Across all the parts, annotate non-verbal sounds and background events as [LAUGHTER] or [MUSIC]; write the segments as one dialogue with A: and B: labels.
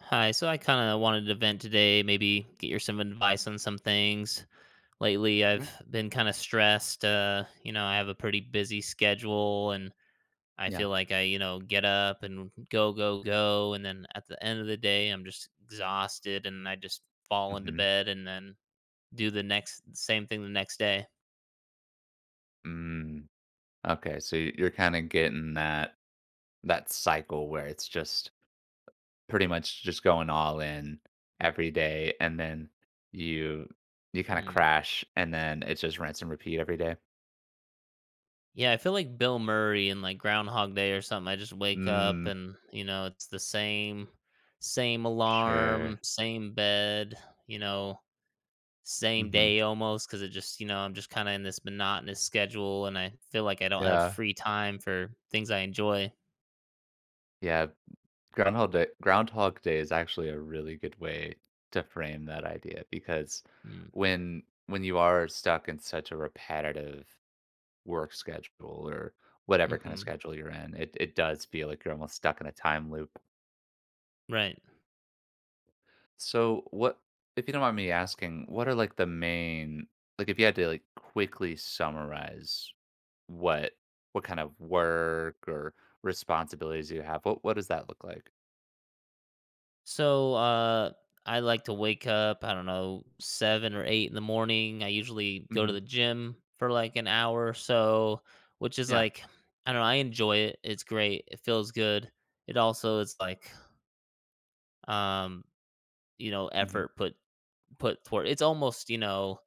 A: Hi, so I kind of wanted to vent today, maybe get your some advice on some things. Lately,
B: Yeah.
A: I've been kind of stressed. You know, I have a pretty busy schedule and I
B: Yeah.
A: feel like I get up and go, go, go. And then at the end of the day, I'm just exhausted and I just fall into
B: Hmm.
A: bed and then do the next same thing the next day.
B: Mm. Okay, so you're kind of getting that cycle where it's just pretty much just going all in every day, and then you you kind of
A: Hmm.
B: crash, and then it's just rinse and repeat every day.
A: Yeah, I feel like Bill Murray in like Groundhog Day or something. I just wake up
B: Mm.
A: and you know it's the same, same alarm,
B: Sure.
A: same bed, you know, same
B: Hmm.
A: day almost because it just I'm just kind of in this monotonous schedule and I feel like I don't have
B: Yeah.
A: free time for things I enjoy.
B: Yeah. Groundhog Day. Groundhog Day is actually a really good way to frame that idea because
A: Mm.
B: when you are stuck in such a repetitive work schedule or whatever kind of
A: Mm-hmm.
B: schedule you're in, it does feel like you're almost stuck in a time loop.
A: Right.
B: So what, if you don't mind me asking, what are, like, the main, like if you had to like quickly summarize what what kind of work or responsibilities you have, what does that look like?
A: So, I like to wake up, I don't know, 7 or 8 in the morning. I usually go to
B: Mhm.
A: the gym for like an hour or so, which is
B: Yeah.
A: like, I don't know, I enjoy it. It's great. It feels good. It also is like, um, you know,
B: Mhm.
A: effort put toward. It's almost, you know,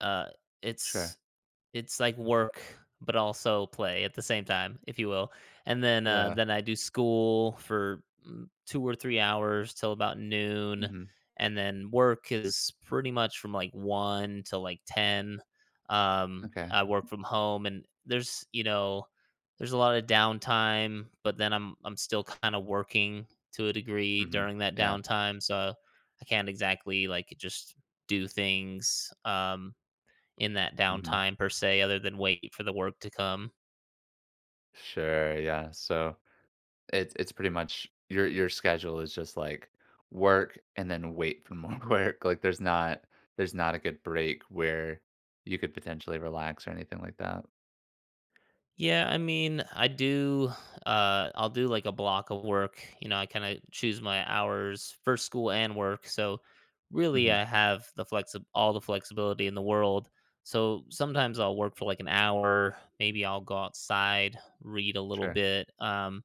A: uh,
B: Sure.
A: it's It's like work, but also play at the same time, if you will. And
B: Yeah.
A: then I do school for 2 or 3 hours till about noon,
B: Mhm.
A: and then work is pretty much from like one till like ten.
B: Okay.
A: I work from home, and there's you know there's a lot of downtime, but then I'm still kind of working to a degree
B: Mhm.
A: during that
B: Yeah.
A: downtime, so I can't exactly like just do things. In that
B: Mhm.
A: downtime per se, other than wait for the work to come.
B: Sure, yeah. So it's pretty much your schedule is just like work and then wait for more [LAUGHS] work. Like there's not a good break where you could potentially relax or anything like that.
A: Yeah, I mean, I do. I'll do like a block of work. You know, I kind of choose my hours for school and work. So really,
B: Mhm.
A: I have the all the flexibility in the world. So sometimes I'll work for like an hour. Maybe I'll go outside, read a little
B: Sure.
A: bit.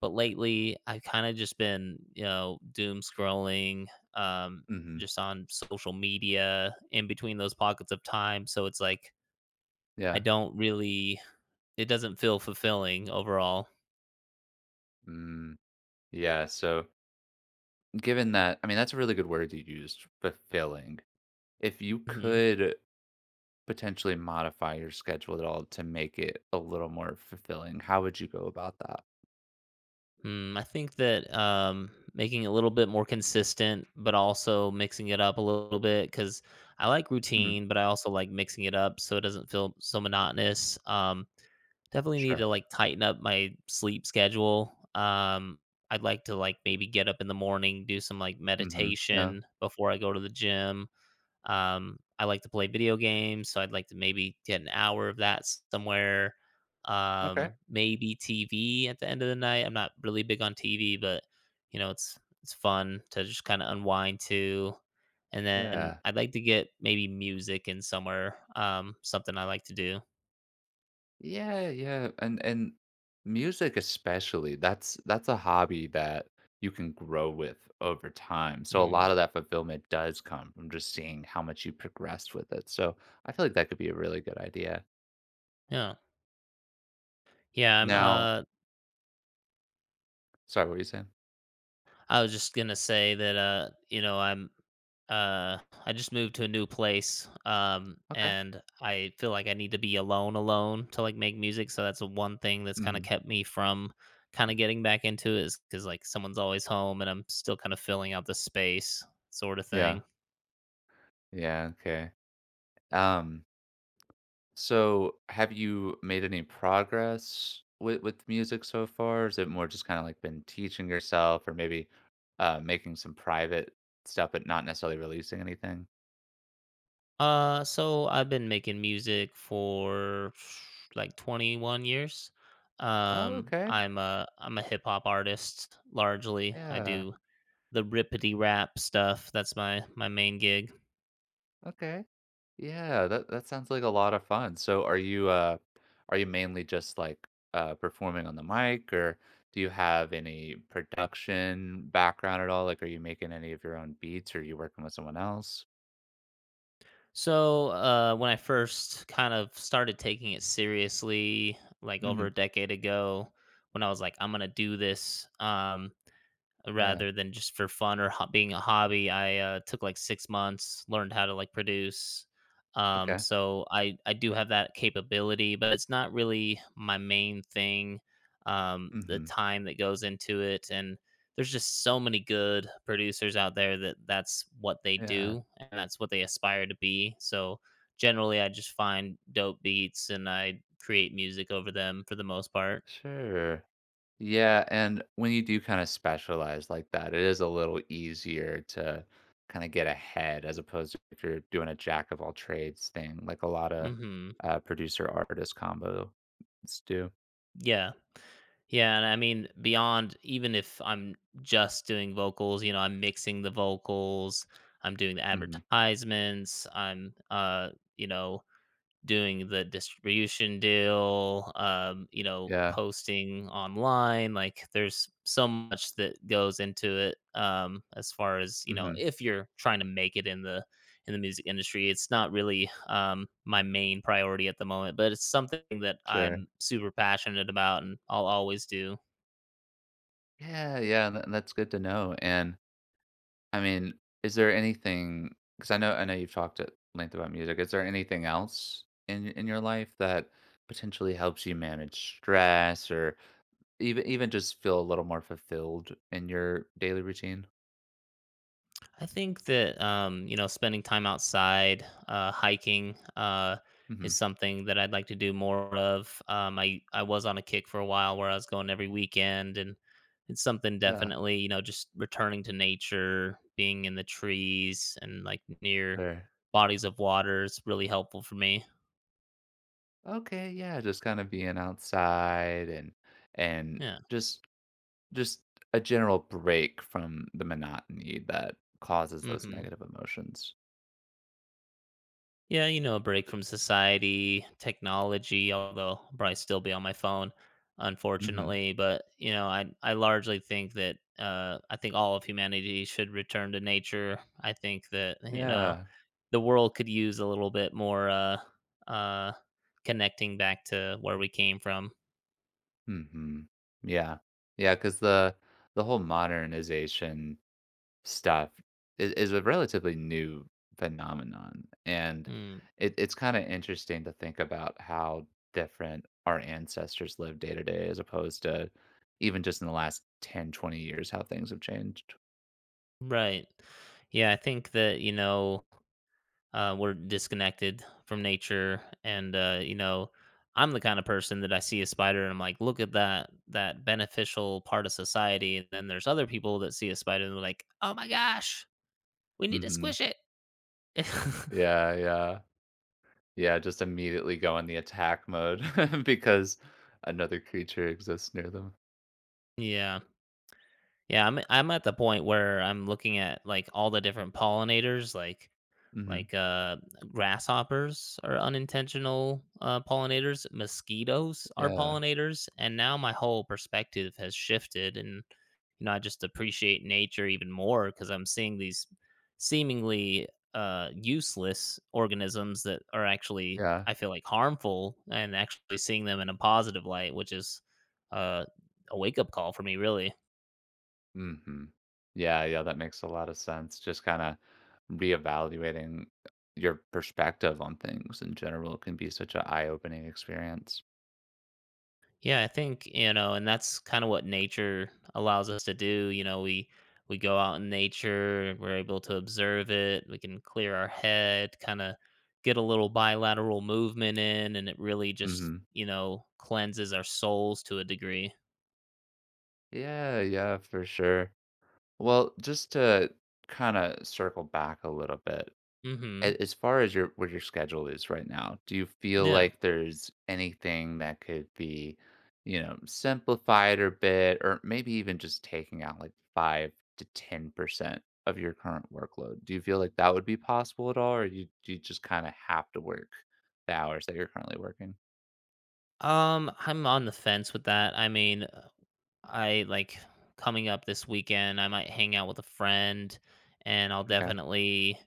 A: But lately, I've kind of just been, you know, doom scrolling, um,
B: Mhm.
A: just on social media in between those pockets of time. So it's like I
B: Yeah.
A: don't really, it doesn't feel fulfilling overall.
B: Mm. Yeah. So given that, I mean, that's a really good word you used, fulfilling. If you
A: Mhm.
B: could potentially modify your schedule at all to make it a little more fulfilling, how would you go about that?
A: Mm, I think that, making it a little bit more consistent, but also mixing it up a little bit, because I like
B: Mhm.
A: routine, but I also like mixing it up so it doesn't feel so monotonous. Definitely need to,
B: Sure.
A: like, tighten up my sleep schedule. I'd like to, like, maybe get up in the morning, do some, like,
B: Mhm. Yeah.
A: meditation before I go to the gym. I like to play video games, so I'd like to maybe get an hour of that somewhere.
B: Okay.
A: Maybe TV at the end of the night. I'm not really big on TV, but you know, it's fun to just kind of unwind to. And then
B: Yeah.
A: I'd like to get maybe music in somewhere. Something I like to do.
B: Yeah, yeah, and music especially, that's a hobby that you can grow with over time. So a
A: Mm,
B: lot of that fulfillment does come from just seeing how much you progressed with it. So I feel like that could be a really good idea.
A: yeah, yeah.
B: Now, sorry, what were you saying?
A: I was just gonna say that you know, uh I just moved to a new place.
B: Okay.
A: And I feel like I need to be alone alone to like make music. So that's the one thing that's kind of
B: Hmm.
A: kept me from kind of getting back into it is because like someone's always home and I'm still kind of filling out the space sort of
B: Yeah.
A: thing.
B: Yeah. Okay. Um, So, have you made any progress with music so far? Or is it more just kind of like been teaching yourself, or maybe making some private stuff, but not necessarily releasing anything?
A: Uh, so I've been making music for [SNIFFS] like 21 years.
B: Oh, okay.
A: I'm a hip hop artist largely. I
B: Yeah.
A: do the rippity rap stuff. That's my main gig.
B: Okay. Yeah. That sounds like a lot of fun. So, are you mainly just like performing on the mic, or do you have any production background at all? Like, are you making any of your own beats, or are you working with someone else?
A: So when I first kind of started taking it seriously, like over
B: Hmm.
A: a decade ago, when I was like, I'm gonna do this,
B: Yeah.
A: rather than just for fun or being a hobby. I took like 6 months, learned how to like produce.
B: Okay.
A: So I do have that capability, but it's not really my main thing. The
B: Hmm.
A: time that goes into it, and there's just so many good producers out there that that's what they
B: Yeah.
A: do and that's what they aspire to be. So generally, I just find dope beats and I create music over them for the most part.
B: Sure. Yeah, and when you do kind of specialize like that, it is a little easier to kind of get ahead as opposed to if you're doing a jack of all trades thing, like a lot of
A: Hmm.
B: producer artist combos do.
A: Yeah. Yeah, and I mean, beyond even if I'm just doing vocals, you know, I'm mixing the vocals, I'm doing the
B: Hmm.
A: advertisements, you know, doing the distribution deal, you know,
B: Yeah.
A: posting online. Like there's so much that goes into it. As far as, you know,
B: Hmm.
A: if you're trying to make it in the music industry, it's not really my main priority at the moment, but it's something that
B: Sure.
A: I'm super passionate about and I'll always do.
B: Yeah, yeah, that's good to know. And I mean, is there anything? Because I know you've talked at length about music. Is there anything else in your life that potentially helps you manage stress, or even just feel a little more fulfilled in your daily routine?
A: I think that you know, spending time outside, hiking, is
B: Mhm.
A: something that I'd like to do more of. I was on a kick for a while where I was going every weekend, and it's something
B: Yeah,
A: definitely, you know, just returning to nature, being in the trees, and like near
B: fair.
A: bodies of water is really helpful for me.
B: Okay, yeah, just kinda being outside and
A: Yeah.
B: just just a general break from the monotony that causes those
A: Hmm.
B: negative emotions.
A: Yeah, you know, a break from society, technology, although I'll probably still be on my phone,
B: Mhm.
A: unfortunately. But, you know, I largely think that I think all of humanity should return to nature. I think that, you know,
B: Yeah.
A: the world could use a little bit more uh, connecting back to where we came from.
B: Mhm. Yeah. Yeah. Because the whole modernization stuff is a relatively new phenomenon, and
A: Mm,
B: it's kind of interesting to think about how different our ancestors live day to day as opposed to even just in the last 10, 20 years how things have changed.
A: right. Yeah, I think that, you know, we're disconnected from nature and you know, I'm the kind of person that I see a spider and I'm like, look at that beneficial part of society, and then there's other people that see a spider and they're like, oh my gosh, we need to
B: Hmm.
A: squish it. [LAUGHS]
B: Yeah, yeah, yeah, just immediately go in the attack mode [LAUGHS] because another creature exists near them.
A: Yeah, yeah, I'm at the point where I'm looking at like all the different pollinators, like
B: Hmm.
A: Like uh, grasshoppers are unintentional pollinators. Mosquitoes are
B: Yeah,
A: pollinators, and now my whole perspective has shifted, and you know, I just appreciate nature even more because I'm seeing these seemingly useless organisms that are actually,
B: yeah.
A: I feel like, harmful, and actually seeing them in a positive light, which is uh, a wake up call for me, really.
B: Hmm. Yeah, yeah, that makes a lot of sense, just kind of reevaluating your perspective on things in general can be such an eye-opening experience.
A: Yeah, I think, you know, and that's kind of what nature allows us to do. You know, we go out in nature, we're able to observe it, we can clear our head, kind of get a little bilateral movement in, and it really just,
B: Mhm.
A: you know, cleanses our souls to a degree.
B: Yeah, yeah, for sure. Well, just to kinda circle back a little bit,
A: Mhm.
B: as far as your what your schedule is right now, do you feel
A: Yeah.
B: like there's anything that could be simplified or bit, or maybe even just taking out like 5 to 10% of your current workload? Do you feel like that would be possible at all, or you do you just kind of have to work the hours that you're currently working?
A: I'm on the fence with that. I mean, I like coming up this weekend, I might hang out with a friend and I'll
B: Okay,
A: definitely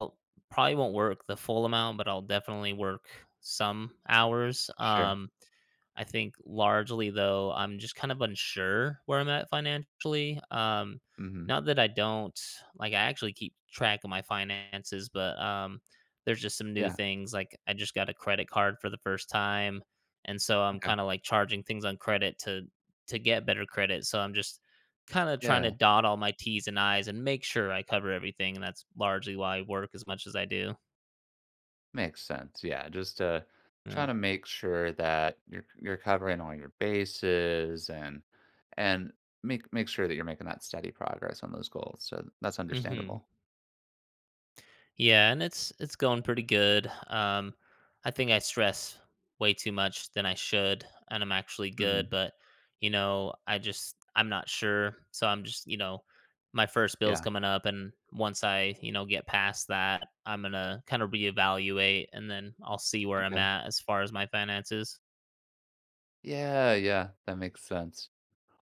A: I'll probably won't work the full amount, but I'll definitely work some hours.
B: sure.
A: I think largely though, I'm just kind of unsure where I'm at financially.
B: Hmm.
A: Not that I don't, like, I actually keep track of my finances, but there's just some new
B: Yeah.
A: things, like I just got a credit card for the first time, and so I'm
B: Okay.
A: kind of like charging things on credit to get better credit. So I'm just kind of trying to
B: Yeah.
A: dot all my T's and I's and make sure I cover everything, and that's largely why I work as much as I do.
B: Makes sense. Yeah, just
A: Yeah.
B: trying to make sure that you're covering all your bases and make sure that you're making that steady progress on those goals. So that's
A: Mhm.
B: understandable.
A: Yeah, and it's going pretty good. I think I stress way too much than I should, and I'm actually
B: Hmm.
A: good, but you know, I just I'm not sure, so I'm just you know, my first bill's
B: Yeah.
A: coming up, and once I you know get past that, I'm gonna kind of reevaluate, and then I'll see where I'm
B: Okay.
A: at as far as my finances.
B: Yeah. Yeah. That makes sense.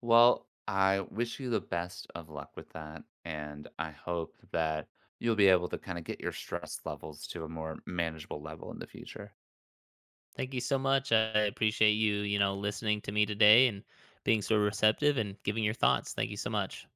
B: Well, I wish you the best of luck with that, and I hope that you'll be able to kind of get your stress levels to a more manageable level in the future.
A: Thank you so much. I appreciate you you know listening to me today and being so receptive and giving your thoughts. Thank you so much.